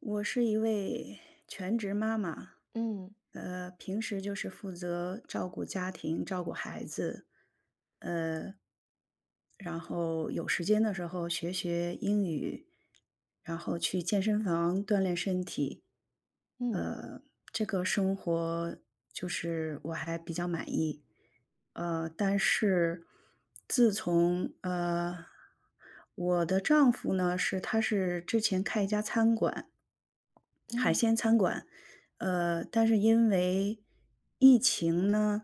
我是一位全职妈妈，嗯平时就是负责照顾家庭、照顾孩子，呃，然后有时间的时候学学英语，然后去健身房锻炼身体，嗯呃，这个生活就是我还比较满意，但是自从我的丈夫呢是他是之前开一家餐馆。海嗯，鲜餐馆，但是因为疫情呢，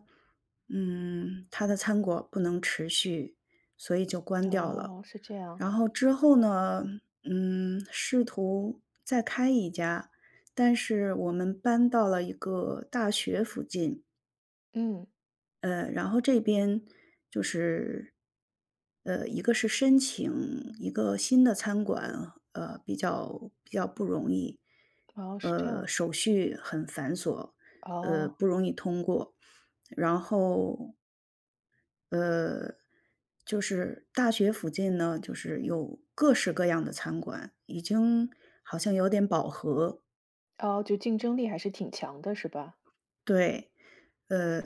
嗯，他的餐馆不能持续，所以就关掉了。哦，是这样，然后之后呢，嗯，试图再开一家，但是我们搬到了一个大学附近，嗯，然后这边就是，一个是申请一个新的餐馆，比较不容易，哦，是这样，手续很繁琐，哦不容易通过。然后，呃，就是大学附近呢，就是有各式各样的餐馆，已经好像有点饱和。哦，就竞争力还是挺强的，是吧？对。呃，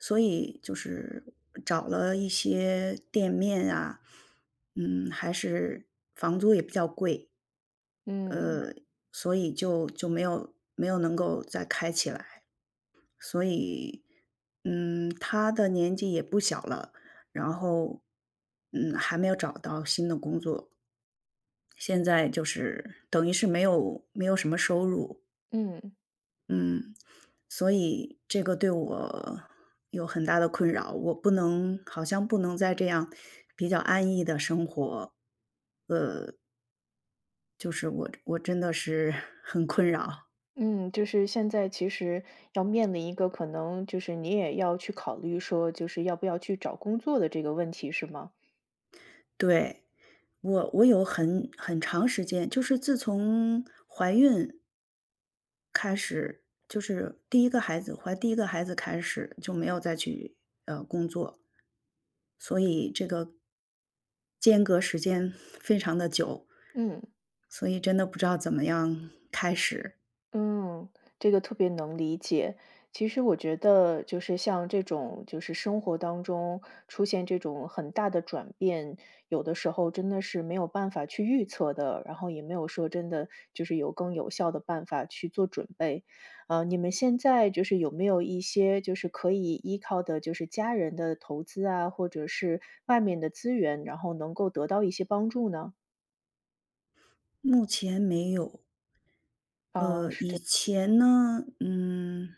所以就是找了一些店面啊，嗯，还是房租也比较贵，嗯呃，所以就没有能够再开起来。所以，嗯，他的年纪也不小了，然后，嗯，还没有找到新的工作，现在就是等于是没有什么收入。嗯嗯，所以这个对我有很大的困扰，我不能好像不能再这样比较安逸的生活，就是我真的是 很困扰。嗯，就是现在其实要面临一个可能，就是你也要去考虑说，就是要不要去找工作的这个问题，是吗？对，我有很很长时间，就是自从怀孕开始就是第一个孩子怀第一个孩子开始就没有再去，工作。所以这个间隔时间非常的久，嗯。所以真的不知道怎么样开始。嗯，这个特别能理解。其实我觉得，就是像这种，就是生活当中出现这种很大的转变，有的时候真的是没有办法去预测的，然后也没有说真的就是有更有效的办法去做准备。你们现在就是有没有一些就是可以依靠的，就是家人的投资啊，或者是外面的资源，然后能够得到一些帮助呢？目前没有。哦，是这，以前呢，嗯，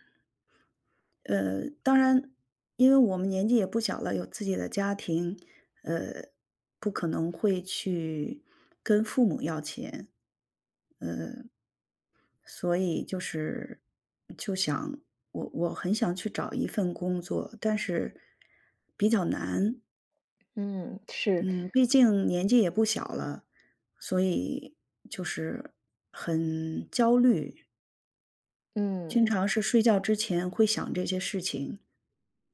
当然因为我们年纪也不小了，有自己的家庭，呃，不可能会去跟父母要钱。所以就是就想我很想去找一份工作，但是比较难。嗯，是，嗯，毕竟年纪也不小了，所以就是很焦虑，嗯经常是睡觉之前会想这些事情，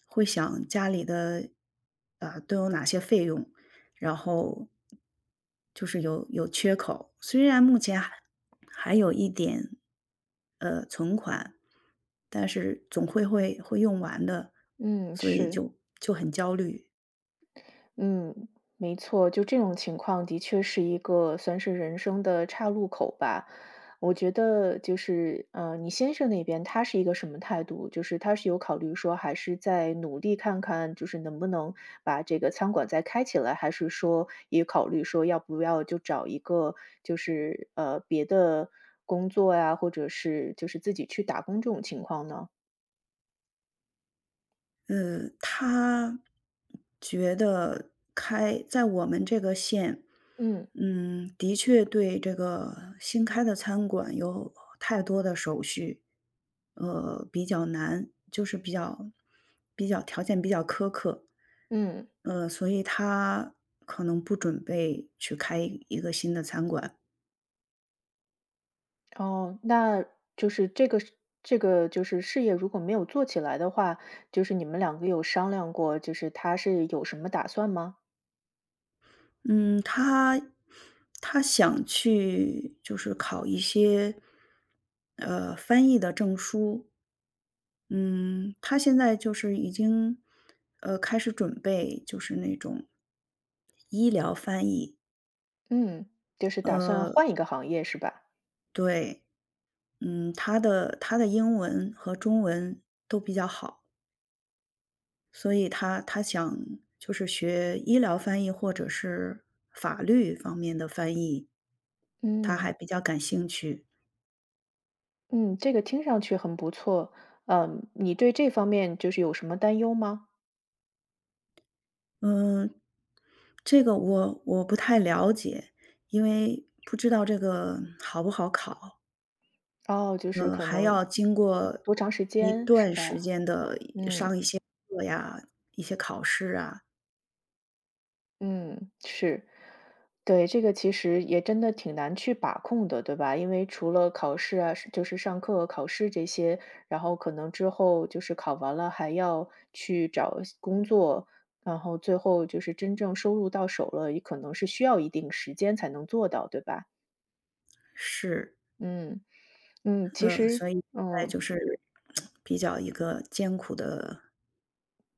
会想家里的啊、都有哪些费用，然后就是有缺口。虽然目前还还有一点。但是总会会用完的，嗯所以是。就很焦虑。嗯，没错，就这种情况的确是一个算是人生的岔路口吧。我觉得就是，你先生那边他是一个什么态度？就是他是有考虑说，还是在努力看看，就是能不能把这个餐馆再开起来，还是说也考虑说要不要就找一个就是别的工作呀，或者是就是自己去打工这种情况呢？他觉得开在我们这个县，嗯嗯，的确对这个新开的餐馆有太多的手续，比较难，就是比较条件比较苛刻，嗯。所以他可能不准备去开一个新的餐馆。哦，那就是这个事这个就是事业如果没有做起来的话，就是你们两个有商量过，就是他是有什么打算吗？嗯，他想去就是考一些，翻译的证书。嗯，他现在就是已经，开始准备，就是那种医疗翻译。嗯。就是打算呃，换一个行业是吧？对，嗯，他的英文和中文都比较好，所以他想就是学医疗翻译或者是法律方面的翻译，他嗯。还比较感兴趣。嗯，这个听上去很不错。嗯，你对这方面就是有什么担忧吗？嗯，这个我不太了解，因为不知道这个好不好考，哦，就是可还要能经过多长时一间是段时吧？间的嗯。测呀，一些考试啊，嗯，是。对，这个其实也真的挺难去把控的，对吧？因为除了考试啊，是就是上课、考试这些，然后可能之后就是考完了还要去找工作，然后最后就是真正收入到手了，也可能是需要一定时间才能做到，对吧？是，嗯，嗯，其实，所以现在嗯，就是比较一个艰苦的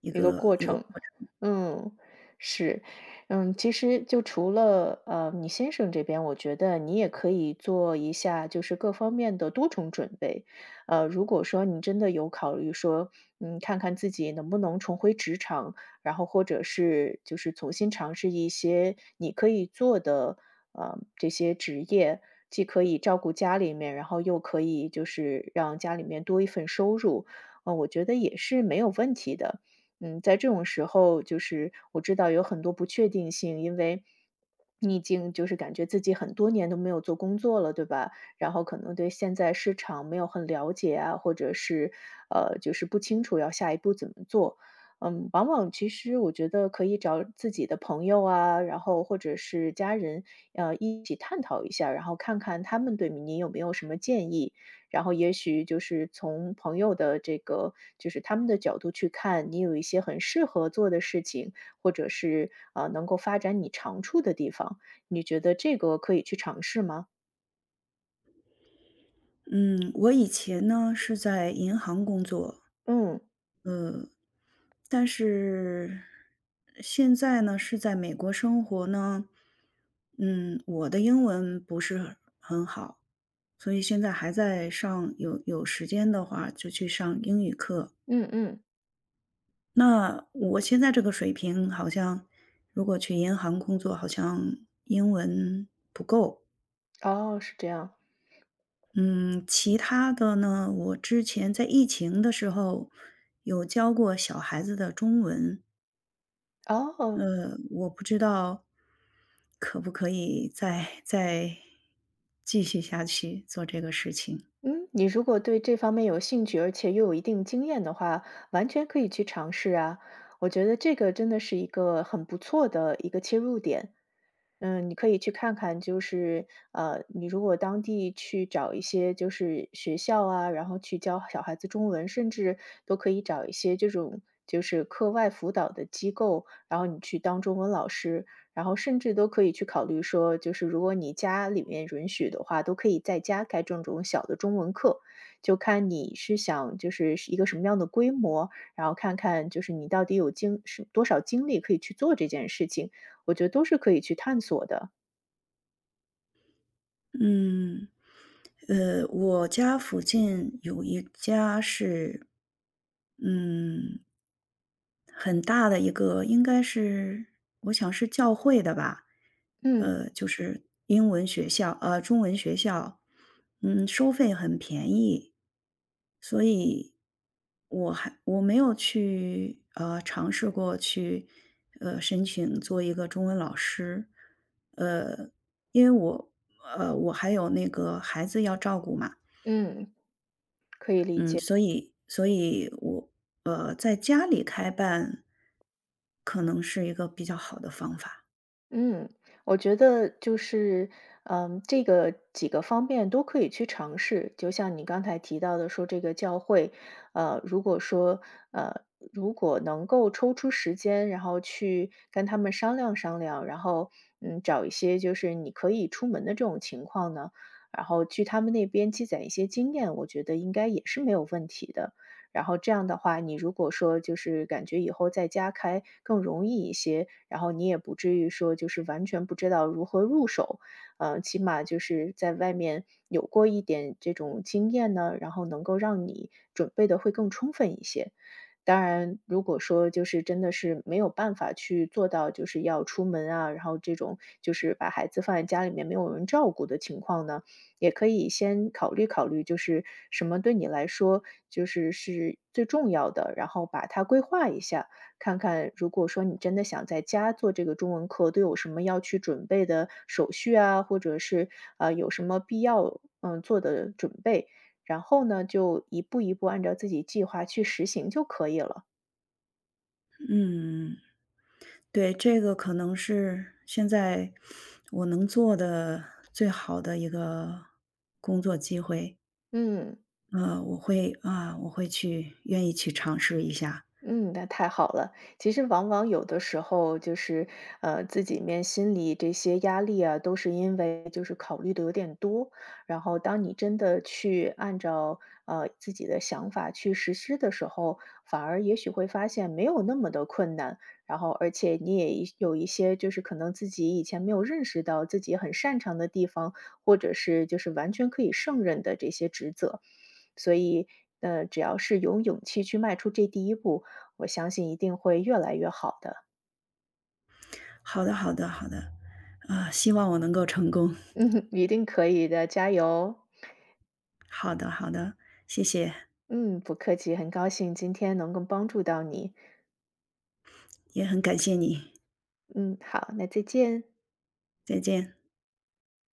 一一个个过一个程。过程。嗯，是。嗯，其实就除了，你先生这边，我觉得你也可以做一下，就是各方面的多重准备。如果说你真的有考虑说，嗯，看看自己能不能重回职场，然后或者是就是重新尝试一些你可以做的，这些职业，既可以照顾家里面，然后又可以就是让家里面多一份收入，我觉得也是没有问题的。嗯，在这种时候，就是我知道有很多不确定性，因为你已经就是感觉自己很多年都没有做工作了，对吧？然后可能对现在市场没有很了解啊，或者是就是不清楚要下一步怎么做。嗯，往往其实我觉得可以找自己的朋友啊，然后或者是家人，一起探讨一下，然后看看他们对你有没有什么建议。然后也许就是从朋友的这个就是他们的角度去看，你有一些很适合做的事情，或者是，啊能够发展你长处的地方，你觉得这个可以去尝试吗？嗯，我以前呢是在银行工作，嗯，呃，但是现在呢，是在美国生活呢，嗯，我的英文不是很好，所以现在还在上，有有时间的话就去上英语课。嗯嗯，那我现在这个水平好像，如果去银行工作，好像英文不够。哦，是这样。嗯，其他的呢，我之前在疫情的时候有教过小孩子的中文，哦，我不知道可不可以再继续下去做这个事情。嗯，你如果对这方面有兴趣，而且又有一定经验的话，完全可以去尝试啊。我觉得这个真的是一个很不错的一个切入点。嗯，你可以去看看，就是你如果当地去找一些就是学校啊，然后去教小孩子中文，甚至都可以找一些这种就是课外辅导的机构，然后你去当中文老师，然后甚至都可以去考虑说，就是如果你家里面允许的话，都可以在家开这种小的中文课，就看你是想就是一个什么样的规模，然后看看就是你到底有经是多少精力可以去做这件事情。我觉得都是可以去探索的。嗯，我家附近有一家是，嗯，很大的一个应该是我想是教会的吧，嗯就是英文学校中文学校，嗯，收费很便宜。所以我还我没有去，尝试过去，申请做一个中文老师。呃，因为我我还有那个孩子要照顾嘛。嗯嗯，所以我在家里开办，可能是一个比较好的方法。嗯，我觉得就是，嗯，这个几个方面都可以去尝试。就像你刚才提到的，说这个教会，呃，如果说，呃，如果能够抽出时间，然后去跟他们商量商量，然后，嗯，找一些就是你可以出门的这种情况呢，然后去他们那边积攒一些经验，我觉得应该也是没有问题的。然后这样的话，你如果说就是感觉以后在家开更容易一些，然后你也不至于说就是完全不知道如何入手，起码就是在外面有过一点这种经验呢，然后能够让你准备的会更充分一些。当然，如果说就是真的是没有办法去做到，就是要出门啊，然后这种就是把孩子放在家里面没有人照顾的情况呢，也可以先考虑考虑，就是什么对你来说就是是最重要的，然后把它规划一下，看看如果说你真的想在家做这个中文课，都有什么要去准备的手续啊，或者是啊有什么必要做的准备，然后呢就一步一步按照自己计划去实行就可以了。嗯，对，这个可能是现在我能做的最好的一个工作机会。嗯。我会啊，我会去愿意去尝试一下。嗯，那太好了。其实往往有的时候就是，自己面心里这些压力啊，都是因为就是考虑的有点多。然后当你真的去按照自己的想法去实施的时候，反而也许会发现没有那么的困难。然后而且你也一有一些就是可能自己以前没有认识到自己很擅长的地方，或者是就是完全可以胜任的这些职责。所以，只要是有勇气去迈出这第一步，我相信一定会越来越好的。好的，好的，好的。啊，希望我能够成功。嗯，一定可以的，加油！好的，好的，谢谢，嗯，不客气，很高兴今天能够帮助到你。也很感谢你，嗯，好，那再见。再见。